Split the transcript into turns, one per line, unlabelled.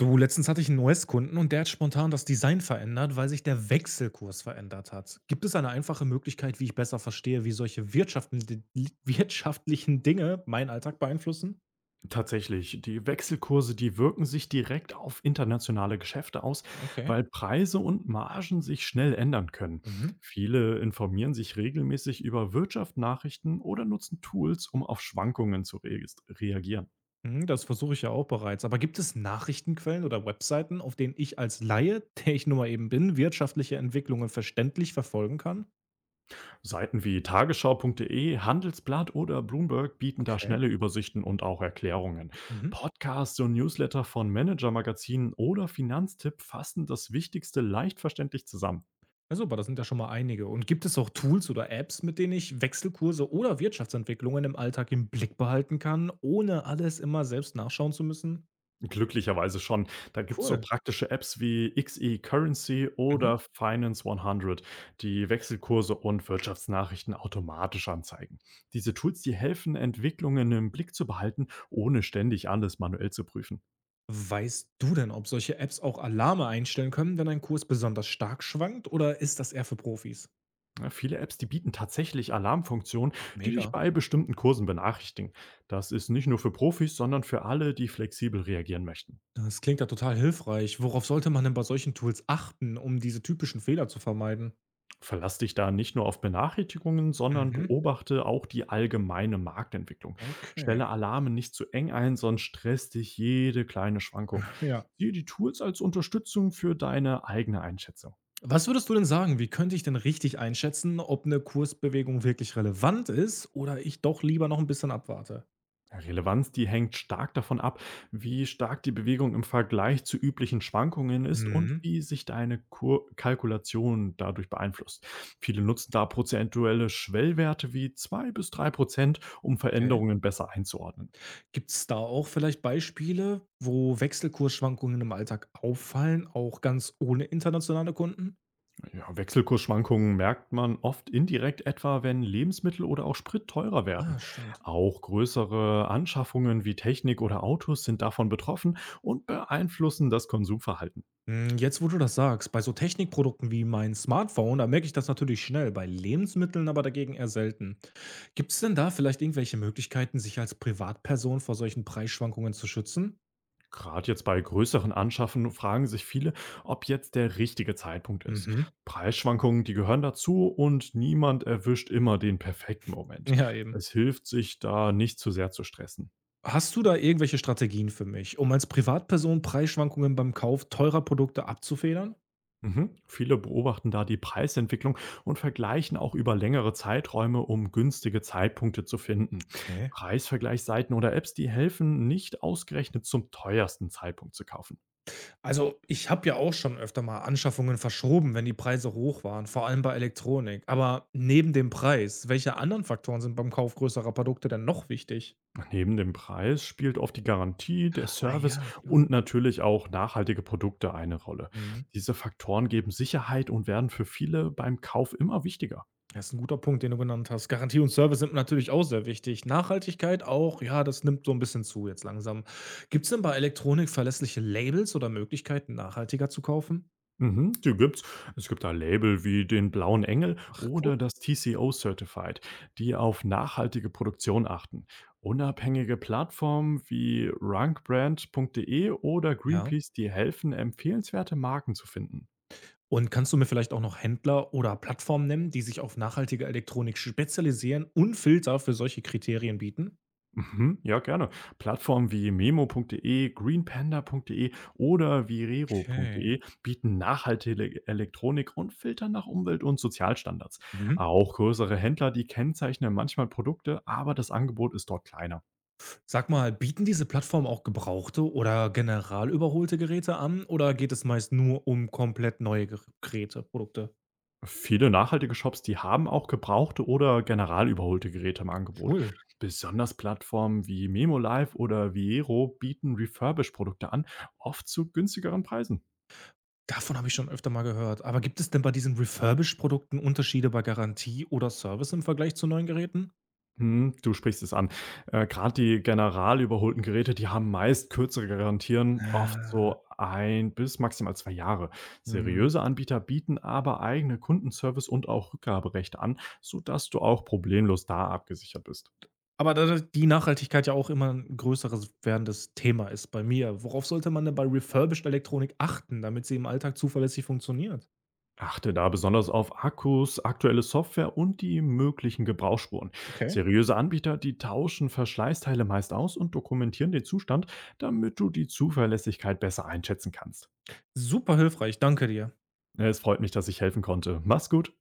Du, letztens hatte ich einen US-Kunden und der hat spontan das Design verändert, weil sich der Wechselkurs verändert hat. Gibt es eine einfache Möglichkeit, wie ich besser verstehe, wie solche wirtschaftlichen Dinge meinen Alltag beeinflussen?
Tatsächlich, die Wechselkurse, die wirken sich direkt auf internationale Geschäfte aus,
Okay.
weil Preise und Margen sich schnell ändern können.
Mhm.
Viele informieren sich regelmäßig über Wirtschaftsnachrichten oder nutzen Tools, um auf Schwankungen zu reagieren.
Mhm, das versuche ich ja auch bereits. Aber gibt es Nachrichtenquellen oder Webseiten, auf denen ich als Laie, der ich nun mal eben bin, wirtschaftliche Entwicklungen verständlich verfolgen kann?
Seiten wie tagesschau.de, Handelsblatt oder Bloomberg bieten da
Okay.
schnelle Übersichten und auch Erklärungen.
Mhm.
Podcasts und Newsletter von Managermagazinen oder Finanztipp fassen das Wichtigste leicht verständlich zusammen.
Ja, super, das sind ja schon mal einige. Und gibt es auch Tools oder Apps, mit denen ich Wechselkurse oder Wirtschaftsentwicklungen im Alltag im Blick behalten kann, ohne alles immer selbst nachschauen zu müssen?
Glücklicherweise schon. Da gibt's so
Cool.
praktische Apps wie XE-Currency
Mhm.
oder Finance 100, die Wechselkurse und Wirtschaftsnachrichten automatisch anzeigen. Diese Tools, die helfen, Entwicklungen im Blick zu behalten, ohne ständig alles manuell zu prüfen.
Weißt du denn, ob solche Apps auch Alarme einstellen können, wenn ein Kurs besonders stark schwankt oder ist das eher für Profis?
Ja, viele Apps, die bieten tatsächlich Alarmfunktionen,
Ach,
die dich
mega.
bei bestimmten Kursen benachrichtigen. Das ist nicht nur für Profis, sondern für alle, die flexibel reagieren möchten.
Das klingt ja total hilfreich. Worauf sollte man denn bei solchen Tools achten, um diese typischen Fehler zu vermeiden?
Verlass dich da nicht nur auf Benachrichtigungen, sondern
Mhm.
beobachte auch die allgemeine Marktentwicklung.
Okay.
Stelle Alarme nicht zu eng ein, sonst stresst dich jede kleine Schwankung.
Ja.
Siehe die Tools als Unterstützung für deine eigene Einschätzung.
Was würdest du denn sagen? Wie könnte ich denn richtig einschätzen, ob eine Kursbewegung wirklich relevant ist oder ich doch lieber noch ein bisschen abwarte?
Ja, Relevanz, die hängt stark davon ab, wie stark die Bewegung im Vergleich zu üblichen Schwankungen ist und
Mhm,
wie sich deine Kur Kalkulation dadurch beeinflusst. Viele nutzen da prozentuelle Schwellwerte wie 2 bis 3%, um
okay.
Veränderungen besser einzuordnen.
Gibt es da auch vielleicht Beispiele, wo Wechselkursschwankungen im Alltag auffallen, auch ganz ohne internationale Kunden?
Ja, Wechselkursschwankungen merkt man oft indirekt etwa, wenn Lebensmittel oder auch Sprit teurer
Ah,
werden.
stimmt.
Auch größere Anschaffungen wie Technik oder Autos sind davon betroffen und beeinflussen das Konsumverhalten.
Hm, jetzt, wo du das sagst, bei so Technikprodukten wie mein Smartphone, da merke ich das natürlich schnell, bei Lebensmitteln aber dagegen eher selten. Gibt es denn da vielleicht irgendwelche Möglichkeiten, sich als Privatperson vor solchen Preisschwankungen zu schützen?
Gerade jetzt bei größeren Anschaffen fragen sich viele, ob jetzt der richtige Zeitpunkt ist.
Mhm.
Preisschwankungen, die gehören dazu, und niemand erwischt immer den perfekten Moment.
Ja, eben.
Es hilft, sich da nicht zu sehr zu stressen.
Hast du da irgendwelche Strategien für mich, um als Privatperson Preisschwankungen beim Kauf teurer Produkte abzufedern?
Mhm. Viele beobachten da die Preisentwicklung und vergleichen auch über längere Zeiträume, um günstige Zeitpunkte zu finden.
Okay.
Preisvergleichsseiten oder Apps, die helfen, nicht ausgerechnet zum teuersten Zeitpunkt zu kaufen.
Also, ich habe ja auch schon öfter mal Anschaffungen verschoben, wenn die Preise hoch waren, vor allem bei Elektronik. Aber neben dem Preis, welche anderen Faktoren sind beim Kauf größerer Produkte denn noch wichtig?
Neben dem Preis spielt oft die Garantie, der
Ah
Service
ja, klar.
und natürlich auch nachhaltige Produkte eine Rolle.
Mhm.
Diese Faktoren geben Sicherheit und werden für viele beim Kauf immer wichtiger.
Das ist ein guter Punkt, den du genannt hast. Garantie und Service sind natürlich auch sehr wichtig. Nachhaltigkeit auch, ja, das nimmt so ein bisschen zu jetzt langsam. Gibt es denn bei Elektronik verlässliche Labels oder Möglichkeiten, nachhaltiger zu kaufen?
Mhm, die gibt's. Es gibt da Label wie den Blauen Engel
Ach cool,
oder das TCO Certified, die auf nachhaltige Produktion achten. Unabhängige Plattformen wie rankbrand.de oder
ja.
Greenpeace, die helfen, empfehlenswerte Marken zu finden.
Und kannst du mir vielleicht auch noch Händler oder Plattformen nennen, die sich auf nachhaltige Elektronik spezialisieren und Filter für solche Kriterien bieten?
Mhm, ja, gerne. Plattformen wie memo.de, greenpanda.de oder
Okay.
virero.de bieten nachhaltige Elektronik und filtern nach Umwelt- und Sozialstandards.
Mhm.
Auch größere Händler, die kennzeichnen manchmal Produkte, aber das Angebot ist dort kleiner.
Sag mal, bieten diese Plattformen auch gebrauchte oder general überholte Geräte an oder geht es meist nur um komplett neue Geräte, Produkte?
Viele nachhaltige Shops, die haben auch gebrauchte oder general überholte Geräte im Angebot.
Cool.
Besonders Plattformen wie MemoLive oder Viero bieten Refurbished-Produkte an, oft zu günstigeren Preisen.
Davon habe ich schon öfter mal gehört. Aber gibt es denn bei diesen refurbished Produkten Unterschiede bei Garantie oder Service im Vergleich zu neuen Geräten?
Mhm, du sprichst es an. Grad die general überholten Geräte, die haben meist kürzere Garantien, oft
Ah,
so ein bis maximal 2 Jahre.
mhm.
Seriöse Anbieter bieten aber eigene Kundenservice und auch Rückgaberechte an, sodass du auch problemlos da abgesichert bist.
Aber da die Nachhaltigkeit ja auch immer ein größeres werdendes Thema ist bei mir. Worauf sollte man denn bei refurbished Elektronik achten, damit sie im Alltag zuverlässig funktioniert?
Achte da besonders auf Akkus, aktuelle Software und die möglichen Gebrauchsspuren.
Okay,
Seriöse Anbieter, die tauschen Verschleißteile meist aus und dokumentieren den Zustand, damit du die Zuverlässigkeit besser einschätzen kannst.
super hilfreich, danke dir.
Es freut mich, dass ich helfen konnte. Mach's gut.